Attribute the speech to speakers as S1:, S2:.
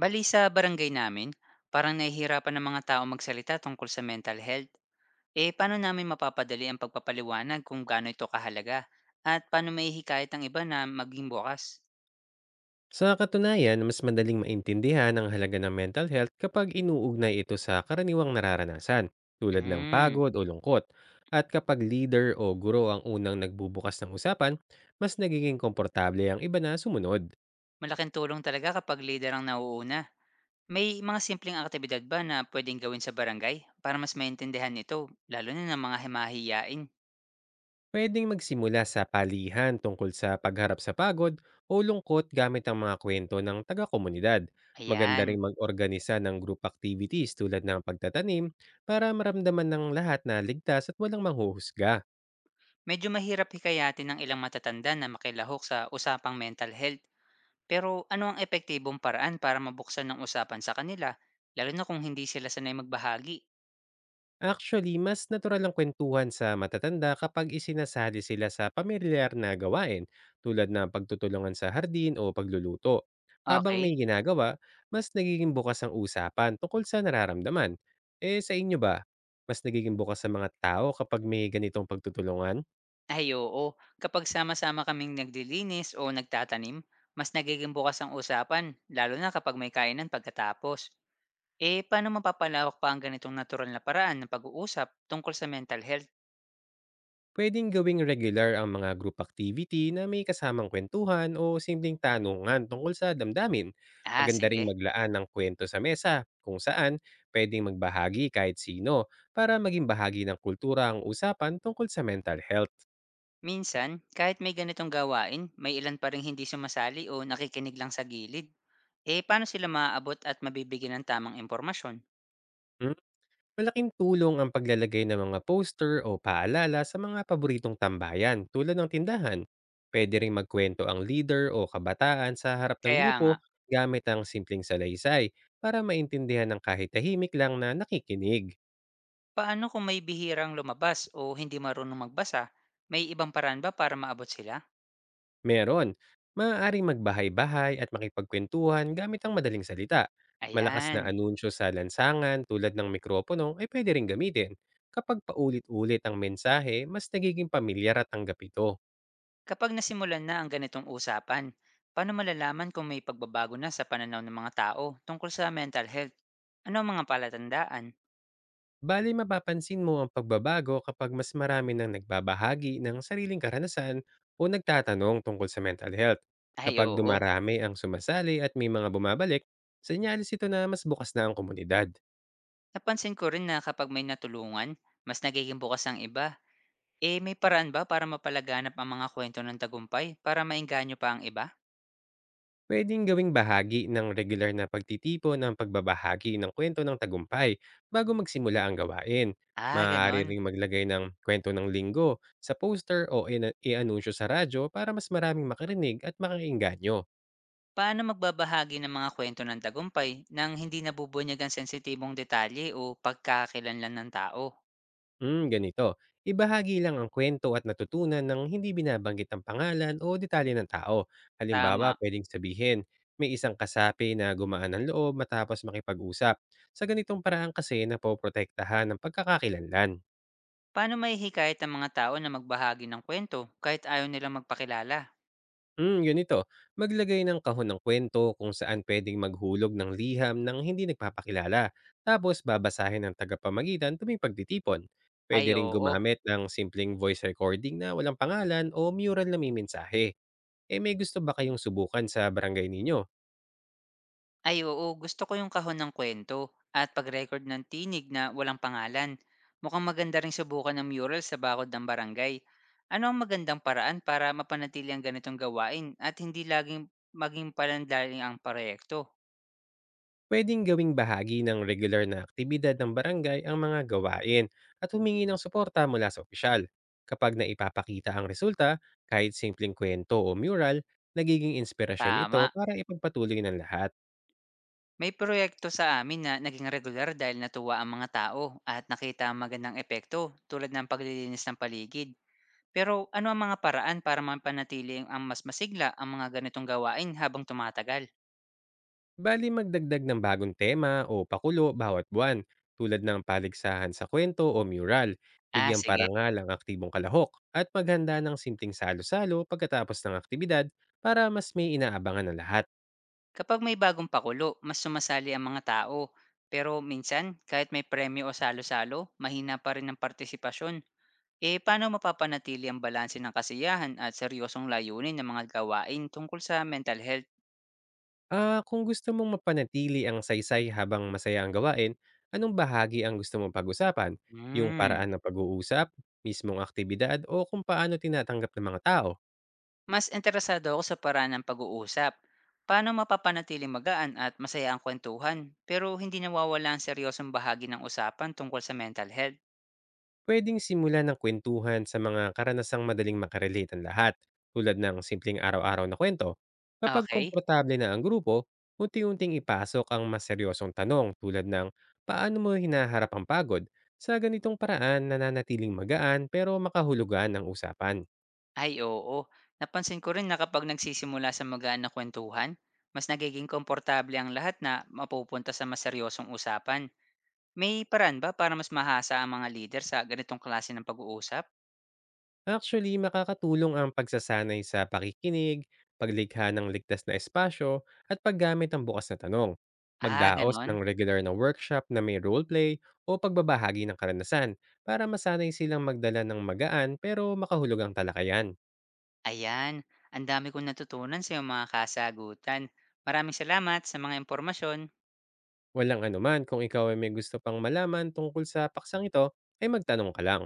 S1: Bali sa barangay namin, parang nahihirapan ng mga tao magsalita tungkol sa mental health. Eh, paano namin mapapadali ang pagpapaliwanag kung gaano ito kahalaga? At paano maihikayat ang iba na maging bukas?
S2: Sa katunayan, mas madaling maintindihan ang halaga ng mental health kapag inuugnay ito sa karaniwang nararanasan, tulad ng
S1: Hmm,
S2: pagod o lungkot. At kapag leader o guro ang unang nagbubukas ng usapan, mas nagiging komportable ang iba na sumunod.
S1: malaking tulong talaga kapag leader ang nauuna. May mga simpleng aktibidad ba na pwedeng gawin sa barangay para mas maintindihan ito, lalo na ng mga himahiyain?
S2: Pwedeng magsimula sa palihan tungkol sa pagharap sa pagod o lungkot gamit ang mga kwento ng taga-komunidad. Maganda
S1: Ayan,
S2: rin mag-organisa ng group activities tulad ng pagtatanim para maramdaman ng lahat na ligtas at walang manghuhusga.
S1: medyo mahirap hikayatin ng ilang matatanda na makilahok sa usapang mental health. Pero ano ang epektibong paraan para mabuksan ng usapan sa kanila, lalo na kung hindi sila sanay magbahagi?
S2: Actually, mas natural ang kwentuhan sa matatanda kapag isinasali sila sa pamilyar na gawain tulad ng pagtutulungan sa hardin o pagluluto. Habang may
S1: Okay.
S2: ginagawa, mas nagiging bukas ang usapan tungkol sa nararamdaman. Eh sa inyo ba, mas nagiging bukas sa mga tao kapag may ganitong pagtutulungan?
S1: Ay, oo. Kapag sama-sama kaming naglilinis o nagtatanim, mas nagiging bukas ang usapan, lalo na kapag may kainan pagkatapos. Eh, paano mapapalawak pa ang ganitong natural na paraan ng pag-uusap tungkol sa mental health?
S2: Pwedeng gawing regular ang mga group activity na may kasamang kwentuhan o simpleng tanungan tungkol sa damdamin.
S1: Ah,
S2: Maganda ring
S1: sige.
S2: maglaan ng kwento sa mesa kung saan pwedeng magbahagi kahit sino, para maging bahagi ng kultura ang usapan tungkol sa mental health.
S1: Minsan, kahit may ganitong gawain, may ilan pa ring hindi sumasali o nakikinig lang sa gilid. Eh, paano sila maaabot at mabibigyan ng tamang impormasyon?
S2: Hmm? Malaking tulong ang paglalagay ng mga poster o paalala sa mga paboritong tambayan tulad ng tindahan. Pwede ring magkwento ang leader o kabataan sa harap ng
S1: Kaya
S2: grupo
S1: nga.
S2: gamit ang simpleng salaysay, para maintindihan ng kahit tahimik lang na nakikinig.
S1: Paano kung may bihirang lumabas o hindi marunong magbasa? May ibang paraan ba para maabot sila?
S2: Meron, maaaring magbahay-bahay at makipagkwentuhan gamit ang madaling salita. Malakas na
S1: Ayan.
S2: anunsyo sa lansangan tulad ng mikropono ay pwede ring gamitin. Kapag paulit-ulit ang mensahe, mas nagiging pamilyar at tanggap ito.
S1: Kapag nasimulan na ang ganitong usapan, paano malalaman kung may pagbabago na sa pananaw ng mga tao tungkol sa mental health? Ano ang mga palatandaan?
S2: Bale, mapapansin mo ang pagbabago kapag mas marami nang nagbabahagi ng sariling karanasan o nagtatanong tungkol sa mental health.
S1: Ay,
S2: Kapag
S1: oo.
S2: dumarami ang sumasali at may mga bumabalik, senyales ito na mas bukas na ang komunidad.
S1: Napansin ko rin na kapag may natulungan, mas nagiging bukas ang iba. Eh, may paraan ba para mapalaganap ang mga kwento ng tagumpay para mainganyo pa ang iba?
S2: Pwedeng gawing bahagi ng regular na pagtitipo ng pagbabahagi ng kwento ng tagumpay bago magsimula ang gawain.
S1: Ah,
S2: Maaari
S1: ganon.
S2: ring maglagay ng kwento ng linggo sa poster o ina- i-anunsyo sa radyo, para mas maraming makarinig at makainganyo.
S1: Paano magbabahagi ng mga kwento ng tagumpay nang hindi nabubunyag ang sensitibong detalye o pagkakakilanlan ng tao?
S2: Hmm, ganito. Ibahagi lang ang kwento at natutunan ng hindi binabanggit ang pangalan o detalye ng tao. Halimbawa,
S1: Tama.
S2: pwedeng sabihin, may isang kasapi na gumaan ng loob matapos makipag-usap. Sa ganitong paraan kasi napoprotektahan ng pagkakakilanlan.
S1: Paano maihikayat ang mga tao na magbahagi ng kwento kahit ayaw nilang magpakilala?
S2: Hmm, yun ito. Maglagay ng kahon ng kwento kung saan pwedeng maghulog ng liham ng hindi nagpapakilala. Tapos babasahin ng tagapamagitan tuwing pagtitipon. Pwede
S1: Ay,
S2: rin
S1: oo.
S2: gumamit ng simpleng voice recording na walang pangalan o mural na may mensahe. Eh, may gusto ba kayong subukan sa barangay ninyo?
S1: Ay, oo, gusto ko yung kahon ng kwento at pag-record ng tinig na walang pangalan. Mukhang maganda rin subukan ng mural sa bakod ng barangay. Ano ang magandang paraan para mapanatili ang ganitong gawain at hindi laging maging palandaling ang proyekto?
S2: Pwedeng gawing bahagi ng regular na aktibidad ng barangay ang mga gawain at humingi ng suporta mula sa opisyal. Kapag naipapakita ang resulta, kahit simpleng kwento o mural, nagiging inspirasyon ito
S1: Tama.
S2: para ipagpatuloy ng lahat.
S1: May proyekto sa amin na naging regular dahil natuwa ang mga tao at nakita ang magandang epekto tulad ng paglilinis ng paligid. Pero ano ang mga paraan para mapanatili ang mas masigla ang mga ganitong gawain habang tumatagal?
S2: Bali magdagdag ng bagong tema o pakulo bawat buwan, tulad ng paligsahan sa kwento o mural,
S1: Ah,
S2: bigyang
S1: sige.
S2: parangal ang aktibong kalahok, at maghanda ng simting salo-salo pagkatapos ng aktibidad para mas may inaabangan ng lahat.
S1: Kapag may bagong pakulo, mas sumasali ang mga tao. Pero minsan, kahit may premyo o salo-salo, mahina pa rin ang partisipasyon. Eh, paano mapapanatili ang balanse ng kasiyahan at seryosong layunin ng mga gawain tungkol sa mental health?
S2: Ah, kung gusto mong mapanatili ang saysay habang masaya ang gawain, anong bahagi ang gusto mong pag-usapan? Yung
S1: Hmm.
S2: paraan ng pag-uusap, mismong aktibidad, o kung paano tinatanggap ng mga tao?
S1: Mas interesado ako sa paraan ng pag-uusap. Paano mapapanatiling magaan at masaya ang kwentuhan, pero hindi nawawala ang seryosong bahagi ng usapan tungkol sa mental health?
S2: Puwedeng simulan ng kwentuhan sa mga karanasang madaling makarelate ang lahat, tulad ng simpleng araw-araw na kwento. Kapag
S1: Okay?
S2: komportable na ang grupo, unti-unting ipasok ang mas seryosong tanong tulad ng, paano mo hinaharap ang pagod? Sa ganitong paraan, nananatiling magaan pero makahulugan ang usapan.
S1: Ay, oo. Napansin ko rin na kapag nagsisimula sa magaan na kwentuhan, mas nagiging komportable ang lahat na mapupunta sa mas seryosong usapan. May paraan ba para mas mahasa ang mga leader sa ganitong klase ng pag-uusap?
S2: Actually, makakatulong ang pagsasanay sa pakikinig, paglikha ng ligtas na espasyo, at paggamit ng bukas na tanong.
S1: Ah,
S2: Magdaos ng
S1: ganon.
S2: regular na workshop na may roleplay o pagbabahagi ng karanasan, para masanay silang magdala ng magaan pero makahulugang talakayan.
S1: Ayan, ang dami kong natutunan sa iyong mga kasagutan. Maraming salamat sa mga impormasyon.
S2: Walang anuman. Kung ikaw ay may gusto pang malaman tungkol sa paksang ito, ay magtanong ka lang.